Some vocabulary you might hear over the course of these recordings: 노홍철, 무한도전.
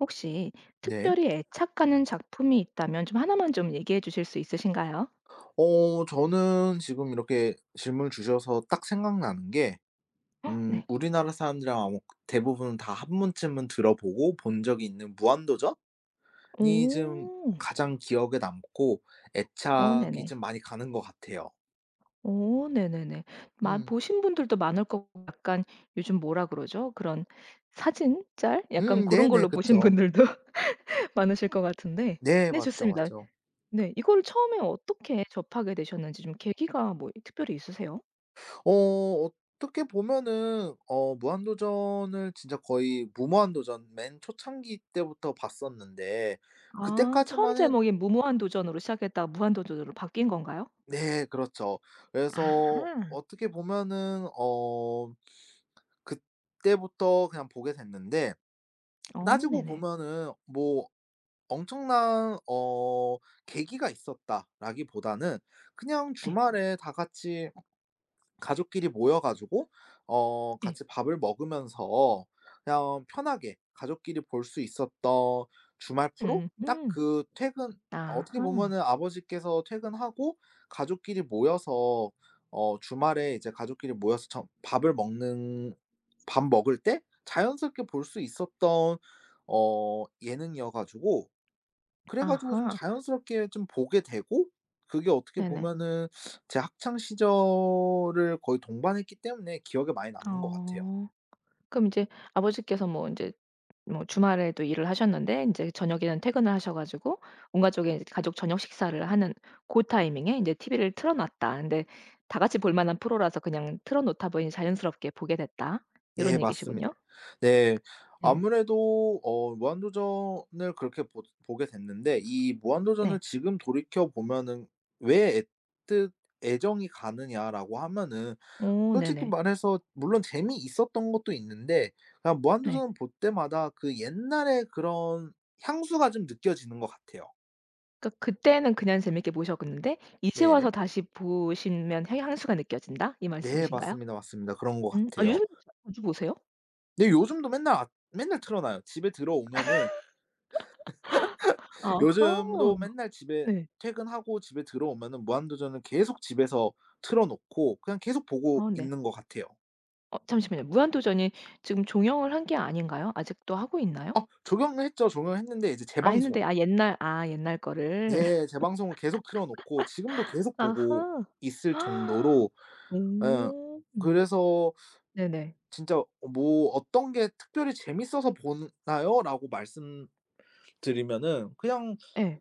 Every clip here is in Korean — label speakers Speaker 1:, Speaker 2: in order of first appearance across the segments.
Speaker 1: 혹시
Speaker 2: 네.
Speaker 1: 특별히 애착하는 작품이 있다면 좀 하나만 좀 얘기해 주실 수 있으신가요?
Speaker 2: 저는 지금 이렇게 질문을 주셔서 딱 생각나는 게
Speaker 1: 네.
Speaker 2: 우리나라 사람들이 아마 대부분 다 한 번쯤은 들어보고 본 적이 있는 무한도전이 좀
Speaker 1: 오.
Speaker 2: 가장 기억에 남고
Speaker 1: 어
Speaker 2: 애착이
Speaker 1: 네네.
Speaker 2: 좀 많이 가는 것 같아요.
Speaker 1: 오, 네네네. 마
Speaker 2: 음.
Speaker 1: 보신 분들도 많을 거고 약간 요즘 뭐라 그러죠? 그런 사진 짤? 약간 고런
Speaker 2: 네네.
Speaker 1: 걸로 보신
Speaker 2: 그쵸.
Speaker 1: 분들도 많으실 것 같은데
Speaker 2: 네.
Speaker 1: 네
Speaker 2: 맞죠,
Speaker 1: 좋습니다.
Speaker 2: 맞죠.
Speaker 1: 네. 이거를 처음에 어떻게 접하게 되셨는지 좀 계기가 뭐 특별히 있으세요?
Speaker 2: 어 어떻게 보면은 무한도전을 진짜 거의 무모한도전 맨 초창기 때부터 봤었는데
Speaker 1: 아 처음
Speaker 2: 그때까지만 해.
Speaker 1: 제목이 무모한 도전으로 시작했다가 무한 도전으로 바뀐 건가요?
Speaker 2: 네 그렇죠. 그래서
Speaker 1: 아하.
Speaker 2: 어떻게 보면은 그때부터 그냥 보게 됐는데
Speaker 1: 어
Speaker 2: 따지고
Speaker 1: 네네.
Speaker 2: 보면은 뭐 엄청난 계기가 있었다라기보다는 그냥
Speaker 1: 예.
Speaker 2: 주말에 다 같이 가족끼리 모여 가지고
Speaker 1: 예.
Speaker 2: 같이 밥을 먹으면서 그냥 편하게 가족끼리 볼 수 있었던 주말 프로? 딱
Speaker 1: 음음.
Speaker 2: 그 퇴근, 어떻게
Speaker 1: 아하.
Speaker 2: 보면은 아버지께서 퇴근하고 가족끼리 모여서 주말에 이제 가족끼리 모여서 저 밥을 먹는, 밥 먹을 때 자연스럽게 볼 수 있었던 예능이어 가지고, 그래 가지고 좀
Speaker 1: 아하.
Speaker 2: 자연스럽게 좀 보게 되고, 그게 어떻게
Speaker 1: 네네.
Speaker 2: 보면은 제 학창 시절을 거의 동반했기 때문에 기억에 많이 남는 것 같아요.
Speaker 1: 어. 그럼 이제 아버지께서 뭐 인제 뭐 주말에도 일을 하셨는데 인제 저녁에는 퇴근을 하셔 가지고 온 가족의 이제 가족 저녁 식사를 하는 고 타이밍에 인제 TV를 틀어 놨다. 근데 다 같이 볼 만한 프로라서 그냥 틀어 놓다 보니 자연스럽게 보게 됐다.
Speaker 2: 네
Speaker 1: 요런 얘기시군요.
Speaker 2: 맞습니다. 네.
Speaker 1: 네.
Speaker 2: 아무래도 무한도전을 그렇게 보 보게 됐는데, 이
Speaker 1: 네.
Speaker 2: 무한도전을 지금 돌이켜 보면은 '왜 애뜻 애정이 가느냐.'라고 하면은
Speaker 1: 어
Speaker 2: 솔직히
Speaker 1: 네네.
Speaker 2: 말해서 물론 재미있었던 것도 있는데 그냥
Speaker 1: 네.
Speaker 2: 무한도전을 볼 때마다 그 옛날에 그런 향수가 좀 느껴지는 것 같아요.
Speaker 1: 그러니까 그때는 그냥 재밌게 보셨는데 이제 와서
Speaker 2: 네.
Speaker 1: 다시 보시면 향 향수가 느껴진다 이
Speaker 2: 네
Speaker 1: 말씀이신가요?
Speaker 2: 맞습니다, 맞습니다. 그런 것
Speaker 1: 음. 아
Speaker 2: 같아요.
Speaker 1: 요즘도 자 자주 보세요?
Speaker 2: 근데 요즘도 맨날, 맨날 틀어놔요. 집에 들어오면은 요즘도
Speaker 1: 아하.
Speaker 2: 맨날 집에,
Speaker 1: 네.
Speaker 2: 퇴근하고 집에 들어오면은 무한도전을 계속 집에서 틀어 놓고 그냥 계속 보고
Speaker 1: 어 네.
Speaker 2: 있는 것 같아요.
Speaker 1: 어 잠시만요. 무한도전이 지금 종영을 한 게 아닌가요? 아직도 하고 있나요?
Speaker 2: 아 적용을 했죠. 적용을 했는데 이제
Speaker 1: 아
Speaker 2: 재방송,
Speaker 1: 했는데 아 옛날 거를.
Speaker 2: 네 재방송을 계속 틀어 놓고 지금도 계속 보고
Speaker 1: 아하.
Speaker 2: 있을 정도로. 예.
Speaker 1: 오.
Speaker 2: 그래서
Speaker 1: 네네.
Speaker 2: 진짜 뭐 "어떤 게 특별히 재밌어서 보나요?"라고 말씀드리면은 그냥
Speaker 1: 예.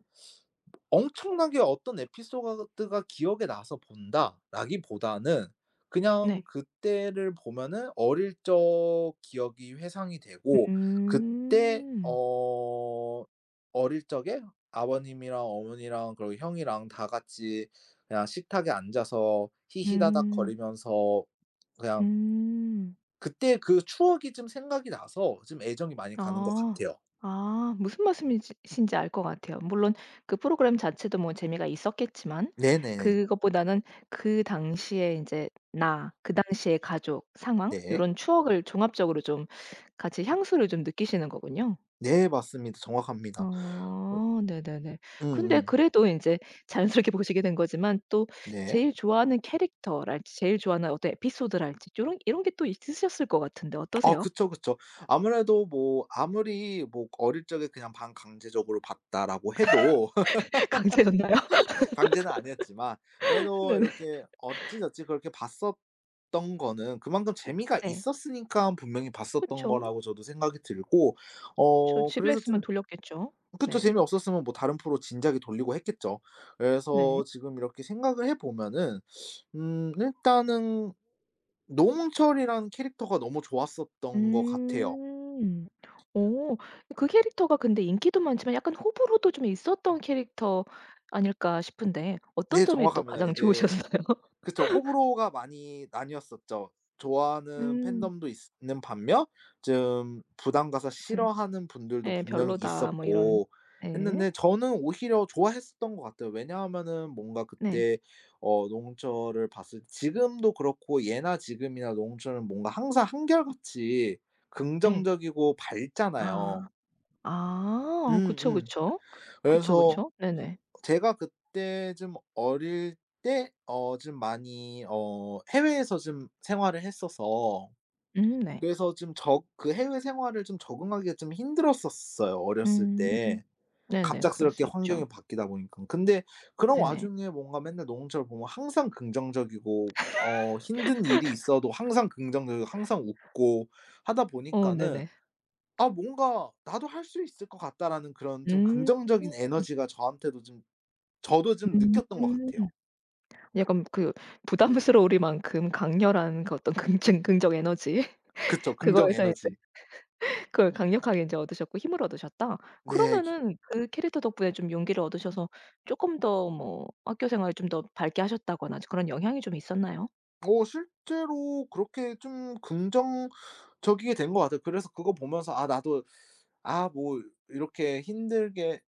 Speaker 2: 엄청나게 어떤 에피소드가 기억에 나서 본다라기보다는 그냥
Speaker 1: 네.
Speaker 2: 그때를 보면은 어릴 적 기억이 회상이 되고, 그때
Speaker 1: 음.
Speaker 2: 어릴 적에 아버님이랑 어머니랑 그리고 형이랑 다 같이 그냥 식탁에 앉아서
Speaker 1: 음.
Speaker 2: 히히다닥거리면서 그냥
Speaker 1: 음.
Speaker 2: 그때 그 추억이 좀 생각이 나서 좀 애정이 많이 가는 것
Speaker 1: 아.
Speaker 2: 같아요.
Speaker 1: 아 무슨 말씀이 신지 알 것 같아요. 물론 그 프로그램 자체도 뭐 재미가 있었겠지만
Speaker 2: 네네네.
Speaker 1: 그것보다는 그 당시에 이제 나, 그 당시의 가족, 상황 이
Speaker 2: 네.
Speaker 1: 런 추억을 종합적으로 좀 같이 향수를 좀 느끼시는 거군요.
Speaker 2: 네 맞습니다. 정확합니다. 으
Speaker 1: 어 네네네. 근데
Speaker 2: 음음.
Speaker 1: 그래도 이제 자연스럽게 보시게 된 거지만 또
Speaker 2: 네.
Speaker 1: 제일 좋아하는 캐릭터랄지 제일 좋아하는 어떤 에피소드랄지 이런 이런 게 또 있으셨을 것 같은데
Speaker 2: 아
Speaker 1: 어떠세요?
Speaker 2: 그쵸, 그쵸. 아무래도 뭐 아무리 뭐 어릴 적에 그냥 반강제적으로 봤다라고 해도,
Speaker 1: 강제였나요?
Speaker 2: 강제는 아니었지만 그래도
Speaker 1: 네네.
Speaker 2: 이렇게 어찌저찌 그렇게 봤었던 거는 그만큼 재미가
Speaker 1: 네.
Speaker 2: 있었으니까 분명히 봤었던
Speaker 1: 그쵸.
Speaker 2: 거라고 저도 생각이 들고
Speaker 1: 그
Speaker 2: 그래서
Speaker 1: 지루했으면
Speaker 2: 좀.
Speaker 1: 돌렸겠죠.
Speaker 2: 그쵸.
Speaker 1: 네.
Speaker 2: 재미없었으면 뭐 다른 프로 진작에 돌리고 했겠죠.
Speaker 1: 네.
Speaker 2: 그래서 지금 이렇게 생각을 해 보면은 일단은 노홍철이라는 캐릭터가 너무 좋았었던 것 같아요.
Speaker 1: 음. 오. 그 캐릭터가 근데 인기도 많지만 약간 호불호도 좀 있었던 캐릭터 아닐까 싶은데 어떤
Speaker 2: 네
Speaker 1: 점이 또
Speaker 2: 정확합니다.
Speaker 1: 가장
Speaker 2: 이제
Speaker 1: 좋으셨어요?
Speaker 2: 그쵸. 호불호가 많이 나뉘었었죠. 좋아하는
Speaker 1: 음.
Speaker 2: 팬덤도 있는 반면 좀 부담 가서
Speaker 1: 좀
Speaker 2: 싫어하는 분들도
Speaker 1: 예.
Speaker 2: 분명히
Speaker 1: 별로다 뭐 이런
Speaker 2: 있었고
Speaker 1: 네.
Speaker 2: 했는데, 저는 오히려 좋아했었던 것 같아요. 왜냐하면은 뭔가
Speaker 1: 네.
Speaker 2: 그때 노홍철을 봤을, 지금도 그렇고 예나 지금이나 노홍철은 뭔가 항상 한결같이
Speaker 1: 예.
Speaker 2: 긍정적이고
Speaker 1: 아.
Speaker 2: 밝잖아요.
Speaker 1: 아. 그쵸,
Speaker 2: 음음.
Speaker 1: 그쵸. 그쵸,
Speaker 2: 그래서
Speaker 1: 그쵸. 네네.
Speaker 2: 제가 그때 좀 어릴 때 좀 많이 해외에서 좀 생활을 했어서,
Speaker 1: 네.
Speaker 2: 그래서 좀 적 그 해외 생활을 좀 적응하기가 좀 힘들었었어요, 어렸을
Speaker 1: 음.
Speaker 2: 때.
Speaker 1: 네네. 그럴
Speaker 2: 갑작스럽게
Speaker 1: 수 있죠.
Speaker 2: 환경이 바뀌다 보니깐. 근데 그런
Speaker 1: 네네.
Speaker 2: 와중에 뭔가 맨날 노홍철 보면 항상 긍정적이고 힘든 일이 있어도 항상 긍정적이고 항상 웃고 하다
Speaker 1: 어
Speaker 2: 보니까는
Speaker 1: 네네.
Speaker 2: '아 뭔가 나도 할 수 있을 것 같다.'라는 그런 좀
Speaker 1: 음.
Speaker 2: 긍정적인 에너지가 저한테도 좀, 저도 좀 느꼈던 것 같아요.
Speaker 1: 음. 약간 그 부담스러우리만큼 강렬한 그 어떤 긍증 긍정 에너지
Speaker 2: 그쵸. 긍정
Speaker 1: 그거에서 이제
Speaker 2: 에너지.
Speaker 1: 그걸 강력하게 인제 얻으셨고 힘을 얻으셨다.
Speaker 2: 네. 기,
Speaker 1: 그러면은 그 캐릭터 덕분에 좀 용기를 얻으셔서 쪼끔 더 뭐 학교 생활을 좀 더 밝게 하셨다거나 그런 영향이 좀 있었나요?
Speaker 2: 실제로 그렇게 좀 긍정적이게 된 것 같아요. 그래서 그거 보면서 '아 나도, 아 뭐 이렇게 힘들게,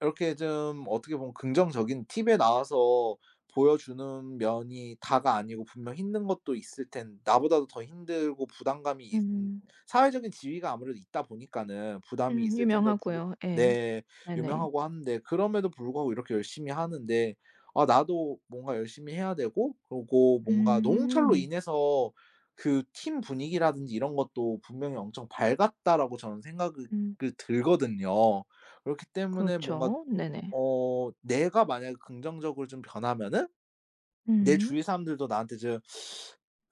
Speaker 2: 이렇게 좀 어떻게 보면 긍정적인 팁에 나와서 보여주는 면이 다가 아니고 분명 힘든 것도 있을 텐, 나보다도 더 힘들고 부담감이 있,
Speaker 1: 음.
Speaker 2: 사회적인 지위가 아무래도 있다 보니까는 부담이 있을 텐데도 불구,
Speaker 1: 유명하고요. 예.
Speaker 2: 네
Speaker 1: 네네.
Speaker 2: 유명하고 한데 그럼에도 불구하고 이렇게 열심히 하는데 아 나도 뭔가 열심히 해야 되고, 그리고 뭔가 노홍철로
Speaker 1: 음.
Speaker 2: 인해서 그 팀 분위기라든지 이런 것도 분명히 엄청 밝았다라고 저는 생각이
Speaker 1: 음.
Speaker 2: 그 들거든요. 그렇기 때문에 뭔가
Speaker 1: 그렇죠. 네네.
Speaker 2: 내가 만약에 긍정적으로 좀 변하면은 '내
Speaker 1: 음.
Speaker 2: 주위 사람들도 나한테 좀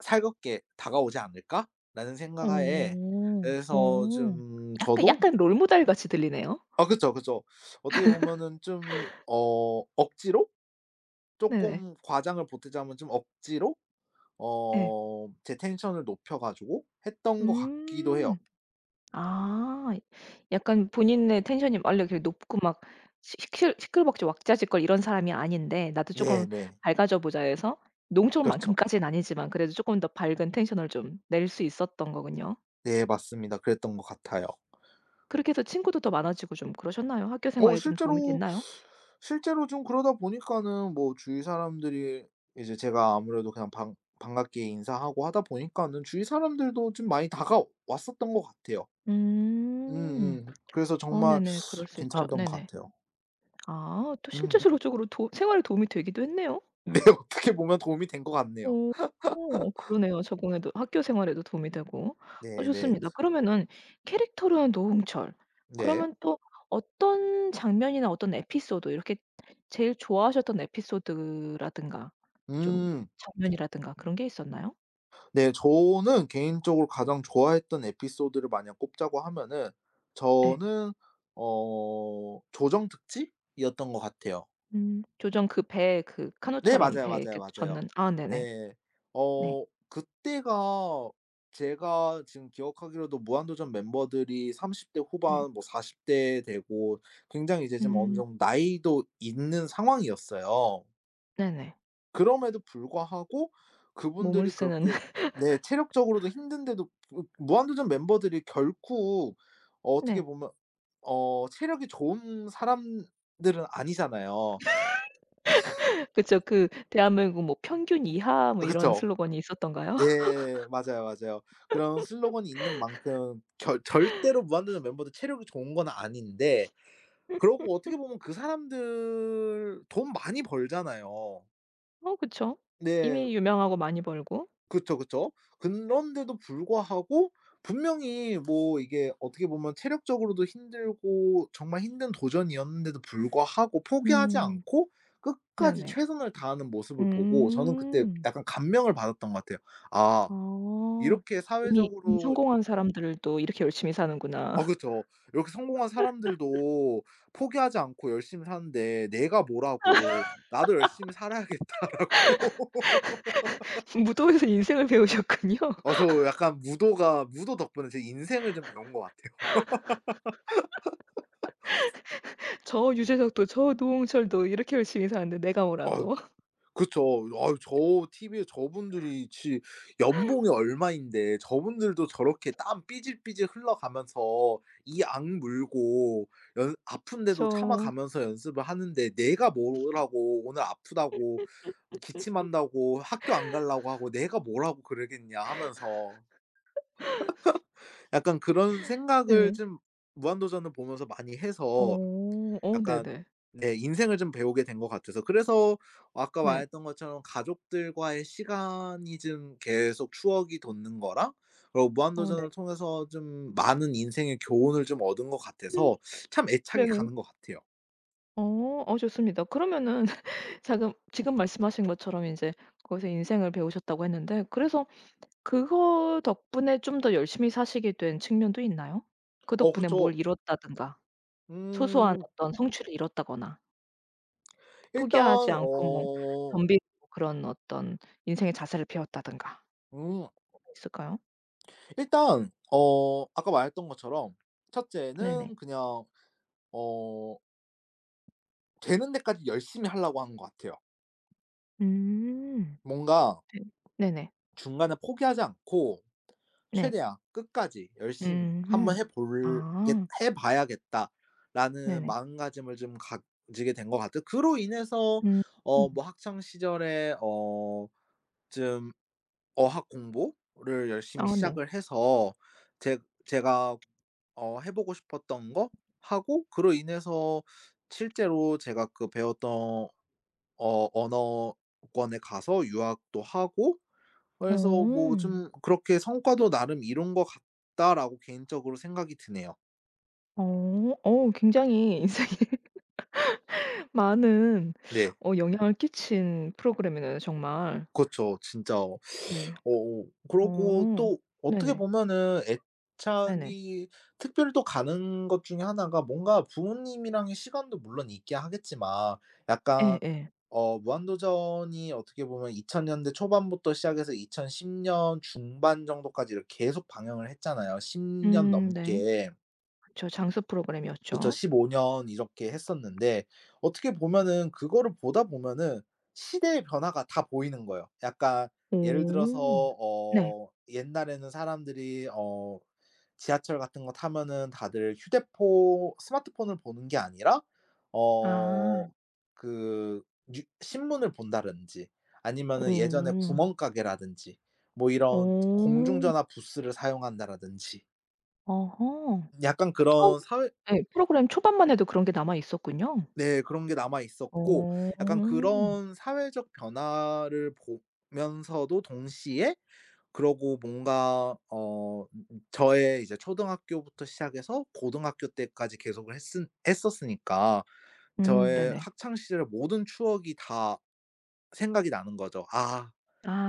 Speaker 2: 살갑게 다가오지 않을까?'라는 생각하에
Speaker 1: 어.
Speaker 2: 그래서
Speaker 1: 어.
Speaker 2: 좀
Speaker 1: 약간
Speaker 2: 저도.
Speaker 1: 약간 롤모델 같이 들리네요.
Speaker 2: 아 그쵸, 그쵸. 어떻게 보면은 좀 억지로,
Speaker 1: 네네.
Speaker 2: 쪼끔 과장을 보태자면 좀 억지로
Speaker 1: 예.
Speaker 2: 제 텐션을 높여 가지고 했던 것 같기도 해요.
Speaker 1: 음. 아. 약간 본인의 텐션이 원래 이렇게 높고 막 시 시끌 시끌벅적 왁자지껄 이런 사람이 아닌데 '나도 쪼끔
Speaker 2: 네네.
Speaker 1: 밝아져 보자.' 해서
Speaker 2: 그렇죠.
Speaker 1: 농촌만큼까지는 아니지만 그래도 쪼끔 더 밝은 텐션을 좀 낼 수 있었던 거군요.
Speaker 2: 네 맞습니다. 그랬던 것 같아요.
Speaker 1: 그렇게 해서 친구도 더 많아지고 좀 그러셨나요? 학교
Speaker 2: 어
Speaker 1: 생활에 좀 도움이
Speaker 2: 실제로
Speaker 1: 됐나요?
Speaker 2: 실제로 좀 그러다 보니까는 뭐 주위 사람들이 이제 제가 아무래도 그냥 반 반갑게 인사하고 하다 보니까는 주위 사람들도 좀 많이 다가왔었던 것 같아요.
Speaker 1: 음.
Speaker 2: 음음. 그래서
Speaker 1: 어
Speaker 2: 정말
Speaker 1: 네네. 그럴 수 있죠.
Speaker 2: 괜찮았던 것
Speaker 1: 네네.
Speaker 2: 같아요.
Speaker 1: 아 또
Speaker 2: 음.
Speaker 1: 실제적으로 도 생활에 도움이 되기도 했네요.
Speaker 2: 네 어떻게 보면 도움이 된 것 같네요.
Speaker 1: 오 오 그러네요. 적응에도 학교 생활에도 도움이 되고. 어
Speaker 2: 네네. 네.
Speaker 1: 좋습니다. 그러면은 캐릭터로는 노홍철.
Speaker 2: 네.
Speaker 1: 그러면 또 어떤 장면이나 어떤 에피소드 이렇게 제일 좋아하셨던 에피소드라든가 좀
Speaker 2: 음.
Speaker 1: 장면이라든가 그런 게 있었나요?
Speaker 2: 네 저는 개인적으로 가장 좋아했던 에피소드를 만약 꼽자고 하면은
Speaker 1: 예.
Speaker 2: 저는 조정 특집이었던 것 같아요.
Speaker 1: 음. 조정 그 배 그
Speaker 2: 네
Speaker 1: 카누처럼
Speaker 2: 맞아요,
Speaker 1: 배에
Speaker 2: 맞아요,
Speaker 1: 이렇게
Speaker 2: 맞아요.
Speaker 1: 젓는 아 네네.
Speaker 2: 네.
Speaker 1: 네.
Speaker 2: 그때가 제가 지금 기억하기로도 무한도전 멤버들이 30대
Speaker 1: 네.
Speaker 2: 후반 뭐 40대 되고 굉장히 이제 좀 어느
Speaker 1: 음.
Speaker 2: 정도 나이도 있는 상황이었어요.
Speaker 1: 네네.
Speaker 2: 그럼에도 불구하고
Speaker 1: 몸을
Speaker 2: 그분들이
Speaker 1: 쓰는
Speaker 2: 그렇게, 네 체력적으로도 힘든데도 그 무한도전 멤버들이 결코 어떻게
Speaker 1: 네.
Speaker 2: 보면 체력이 좋은 사람들은 아니잖아요.
Speaker 1: 그쵸. 그 대한민국 뭐 평균 이하 뭐 이런
Speaker 2: 그쵸?
Speaker 1: 슬로건이 있었던가요?
Speaker 2: 네. 맞아요, 맞아요. 그런 슬로건이 있는 만큼 결, 절대로 무한도전 멤버들 체력이 좋은 건 아닌데, 그러고 어떻게 보면 그 사람들 돈 많이 벌잖아요.
Speaker 1: 어 그쵸.
Speaker 2: 네.
Speaker 1: 이미 유명하고 많이 벌고.
Speaker 2: 그쵸, 그쵸. 그런데도 불구하고 분명히 뭐 이게 어떻게 보면 체력적으로도 힘들고 정말 힘든 도전이었는데도 불구하고 포기하지
Speaker 1: 음.
Speaker 2: 않고 끝까지
Speaker 1: 네네.
Speaker 2: 최선을 다하는 모습을 보고 저는 그때
Speaker 1: 음.
Speaker 2: 약간 감명을 받았던 것 같아요. '아
Speaker 1: 아
Speaker 2: 이렇게
Speaker 1: 이미 이미
Speaker 2: 사회적으로.'
Speaker 1: 성공한 사람들도 이렇게 열심히
Speaker 2: 아
Speaker 1: 사는구나.
Speaker 2: 그쵸. 이렇게 성공한 사람들도 포기하지 않고 열심히 사는데 '내가 뭐라고 나도 열심히 살아야겠다.'라고.
Speaker 1: 무도에서 인생을 배우셨군요.
Speaker 2: 저 약간 무도가, 무도 덕분에 제 인생을 좀 배운 것 같아요.
Speaker 1: 저 유재석도 저 노홍철도 이렇게 열심히 사는데 내가
Speaker 2: 아
Speaker 1: 뭐라고.
Speaker 2: 그쵸. 아 저 TV에 저분들이 지 연봉이 얼마인데 저분들도 저렇게 땀 삐질삐질 흘러가면서 이 악 물고 연, 아픈데도
Speaker 1: 저.
Speaker 2: 참아가면서 연습을 하는데 내가 뭐라고 오늘 아프다고 기침한다고 학교 안 가려고 하고 '내가 뭐라고 그러겠냐.' 하면서 약간 그런 생각을
Speaker 1: 네.
Speaker 2: 좀 무한도전을 보면서 많이
Speaker 1: 어.
Speaker 2: 해서,
Speaker 1: 어
Speaker 2: 약간,
Speaker 1: 네네.
Speaker 2: 네 인생을 좀 배우게 된 것 같아서, 그래서 아까
Speaker 1: 네.
Speaker 2: 말했던 것처럼 가족들과의 시간이 좀 계속 추억이 돋는 거랑 그리고
Speaker 1: 어 네.
Speaker 2: 무한도전을 통해서 좀 많은 인생의 교훈을 좀 얻은 것
Speaker 1: 음
Speaker 2: 같아서 참 애착이
Speaker 1: 네네.
Speaker 2: 가는 것 같아요.
Speaker 1: 어. 어 좋습니다. 그러면은 자금 지금 말씀하신 것처럼 인제 거기서 인생을 배우셨다고 했는데 그래서 그거 덕분에 좀 더 열심히 사시게 된 측면도 있나요? 그 덕분에
Speaker 2: 그쵸.
Speaker 1: 뭘 이뤘다든가 소소한
Speaker 2: 음
Speaker 1: 어떤 성취를 이뤘다거나
Speaker 2: 일단
Speaker 1: 포기하지 않고 뭐 덤비고 그런 어떤 인생의 자세를 배웠다든가
Speaker 2: 음.
Speaker 1: 뭐가 있을까요?
Speaker 2: 일단 아까 말했던 것처럼
Speaker 1: 네네.
Speaker 2: 첫째는 그냥 어 되는 데까지 열심히 하려고 하는 것 같아요.
Speaker 1: 음.
Speaker 2: 뭔가
Speaker 1: 네. 네네.
Speaker 2: 중간에 포기하지 않고
Speaker 1: 네.
Speaker 2: 최대한 끝까지 열심히 '한번
Speaker 1: 음음. 아.
Speaker 2: 해 봐야겠다.'라는
Speaker 1: 네네.
Speaker 2: 마음가짐을 좀 가지게 된 것 같아요. 그로 인해서
Speaker 1: 음.
Speaker 2: 뭐 학창 시절에 좀 어학 공부를 열심히
Speaker 1: 아 네.
Speaker 2: 시작을 해서 제 제가 해 보고 싶었던 거 하고 그로 인해서 실제로 제가 그 배웠던 언어권에 가서 유학도 하고, 그래서 뭐
Speaker 1: 어.
Speaker 2: 좀 그렇게 '성과도 나름 이룬 것 같다.'라고 개인적으로 생각이 드네요.
Speaker 1: 어. 어 굉장히 인생에 많은
Speaker 2: 네.
Speaker 1: 어 영향을 끼친 프로그램이네요 정말.
Speaker 2: 그렇죠 진짜.
Speaker 1: 네.
Speaker 2: 그러고
Speaker 1: 어.
Speaker 2: 또 어떻게
Speaker 1: 네네.
Speaker 2: 보면은
Speaker 1: 네네.
Speaker 2: 애착이 특별히 또 가는 것 중에 하나가 뭔가 부모님이랑의 시간도 물론 있게 하겠지만 약간
Speaker 1: 예예.
Speaker 2: 무한도전이 어떻게 보면 2000년대 초반부터 시작해서 2010년 중반 정도까지 이렇게 계속 방영을 했잖아요, 10년
Speaker 1: 네.
Speaker 2: 넘게.
Speaker 1: 그쵸. 장수
Speaker 2: 그쵸.
Speaker 1: 프로그램이었죠.
Speaker 2: 15년 이렇게 했었는데 어떻게 보면은 그거를 보다 보면은 시대의 변화가 다 보이는 거예요. 약간 예를 들어서
Speaker 1: 오. 네.
Speaker 2: 옛날에는 사람들이 지하철 같은 거 타면은 다들 휴대폰 스마트폰을 보는 게 아니라
Speaker 1: 아.
Speaker 2: 어 그 뉴 신문을 본다든지 아니면은 예전에
Speaker 1: 오.
Speaker 2: 구멍가게라든지 뭐 이런
Speaker 1: 오,
Speaker 2: 공중전화 부스를 사용한다라든지
Speaker 1: 어허.
Speaker 2: 약간
Speaker 1: 그 처음
Speaker 2: 그런 사회.
Speaker 1: 예 프로그램 초반만 해도 그런 게 남아 있었군요.
Speaker 2: 네. 그런 게 남아 있었고
Speaker 1: 어.
Speaker 2: 약간 그런 사회적 변화를 보면서도 동시에 그러고 뭔가 저의 이제 초등학교부터 시작해서 고등학교 때까지 계속을 했은 했었으니까 저의
Speaker 1: 네네.
Speaker 2: 학창 시절의 모든 추억이 다 생각이 나는 거죠. '아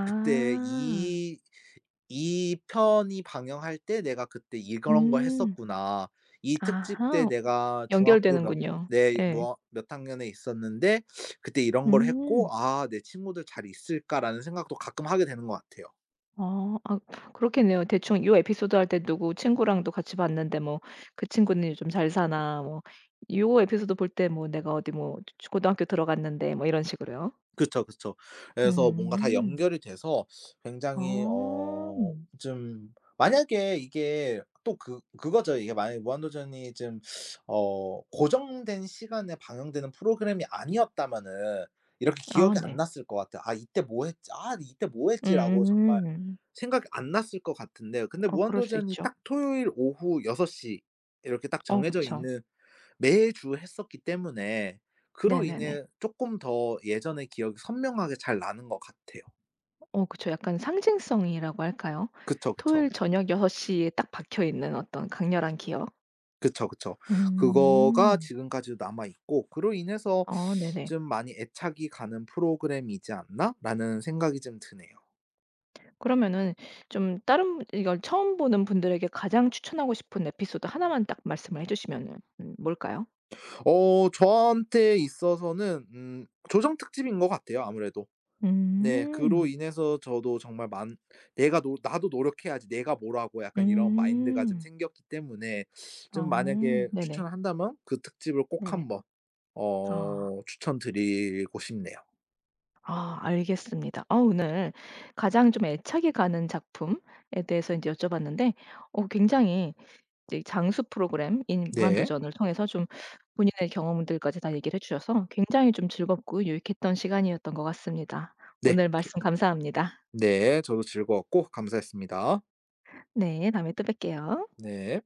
Speaker 2: 그때 이, 이 편이 방영할 때 '내가 그때 이런 걸
Speaker 1: 음.
Speaker 2: 했었구나. 이 특집 때
Speaker 1: 아하.
Speaker 2: 내가 중학교 몇,
Speaker 1: 연결되는군요.
Speaker 2: 내
Speaker 1: 예.
Speaker 2: 뭐 몇 학년에 있었는데 그때 이런 걸 했고
Speaker 1: 음.
Speaker 2: 아 내 친구들 잘 있을까?'라는 생각도 가끔 하게 되는 것 같아요.
Speaker 1: 어, 아 그렇겠네요. 대충 요 에피소드 할 때 누구 친구랑도 같이 봤는데 뭐 그 친구는 요즘 잘 사나 뭐 요 에피소드 볼 때 뭐 내가 어디 뭐 고등학교 들어갔는데 뭐 이런 식으로요?
Speaker 2: 그쵸, 그쵸. 그래서 뭔가 다
Speaker 1: 음.
Speaker 2: 연결이 돼서 굉장히
Speaker 1: 아.
Speaker 2: 좀 만약에 이게 또 그 그거죠. 이게 만약에 무한도전이 좀 고정된 시간에 방영되는 프로그램이 아니었다면은 이렇게
Speaker 1: 아
Speaker 2: 기억이 안
Speaker 1: 네.
Speaker 2: 났을 것 같아요. '아 이때 뭐 했지? 아 이때 뭐 했지?'라고 정말
Speaker 1: 음.
Speaker 2: 생각이 안 났을 것 같은데 근데
Speaker 1: 어 그럴 수
Speaker 2: 무한도전이
Speaker 1: 있죠.
Speaker 2: 딱 토요일 오후 6시 이렇게 딱
Speaker 1: 어
Speaker 2: 정해져
Speaker 1: 그쵸.
Speaker 2: 있는, 매주 했었기 때문에 그로
Speaker 1: 네네네.
Speaker 2: 인해 쪼끔 더 예전의 기억이 선명하게 잘 나는 것 같아요.
Speaker 1: 어 그쵸. 약간 상징성이라고 할까요?
Speaker 2: 그쵸, 그쵸.
Speaker 1: 토요일 저녁 6시 시에 딱 박혀 있는 어떤 강렬한 기억?
Speaker 2: 그쵸, 그쵸. 그거가
Speaker 1: 음.
Speaker 2: 지금까지도 남아 있고 그로 인해서
Speaker 1: 어 네네.
Speaker 2: 좀 많이 애착이 가는 '프로그램이지 않나?'라는 생각이 좀 드네요.
Speaker 1: 그러면은 좀 다른 이걸 처음 보는 분들에게 가장 추천하고 싶은 에피소드 하나만 딱 말씀을 해 주시면은 뭘까요?
Speaker 2: 저한테 있어서는 조정 특집인 것 같아요 아무래도. 네. 그로
Speaker 1: 음.
Speaker 2: 인해서 저도 정말 만, '내가 노, 나도 노력해야지. 내가 뭐라고.' 약간 이런 마인드가 좀
Speaker 1: 음.
Speaker 2: 생겼기 때문에, 좀
Speaker 1: 어.
Speaker 2: 만약에
Speaker 1: 네네.
Speaker 2: 추천을 한다면 그 특집을 꼭
Speaker 1: 네네.
Speaker 2: 한번
Speaker 1: 아.
Speaker 2: 추천드리고 싶네요.
Speaker 1: 아 알겠습니다. 아 오늘 가장 좀 애착이 가는 작품에 대해서 이제 여쭤봤는데 어 굉장히 이제 장수 프로그램인
Speaker 2: 네.
Speaker 1: 무한도전을 통해서 좀 본인의 경험들까지 다 얘기를 해 주셔서 굉장히 좀 즐겁고 유익했던 시간이었던 것 같습니다.
Speaker 2: 네.
Speaker 1: 오늘
Speaker 2: 저
Speaker 1: 말씀 감사합니다.
Speaker 2: 네. 저도 즐거웠고 감사했습니다.
Speaker 1: 네. 다음에 또 뵐게요.
Speaker 2: 네.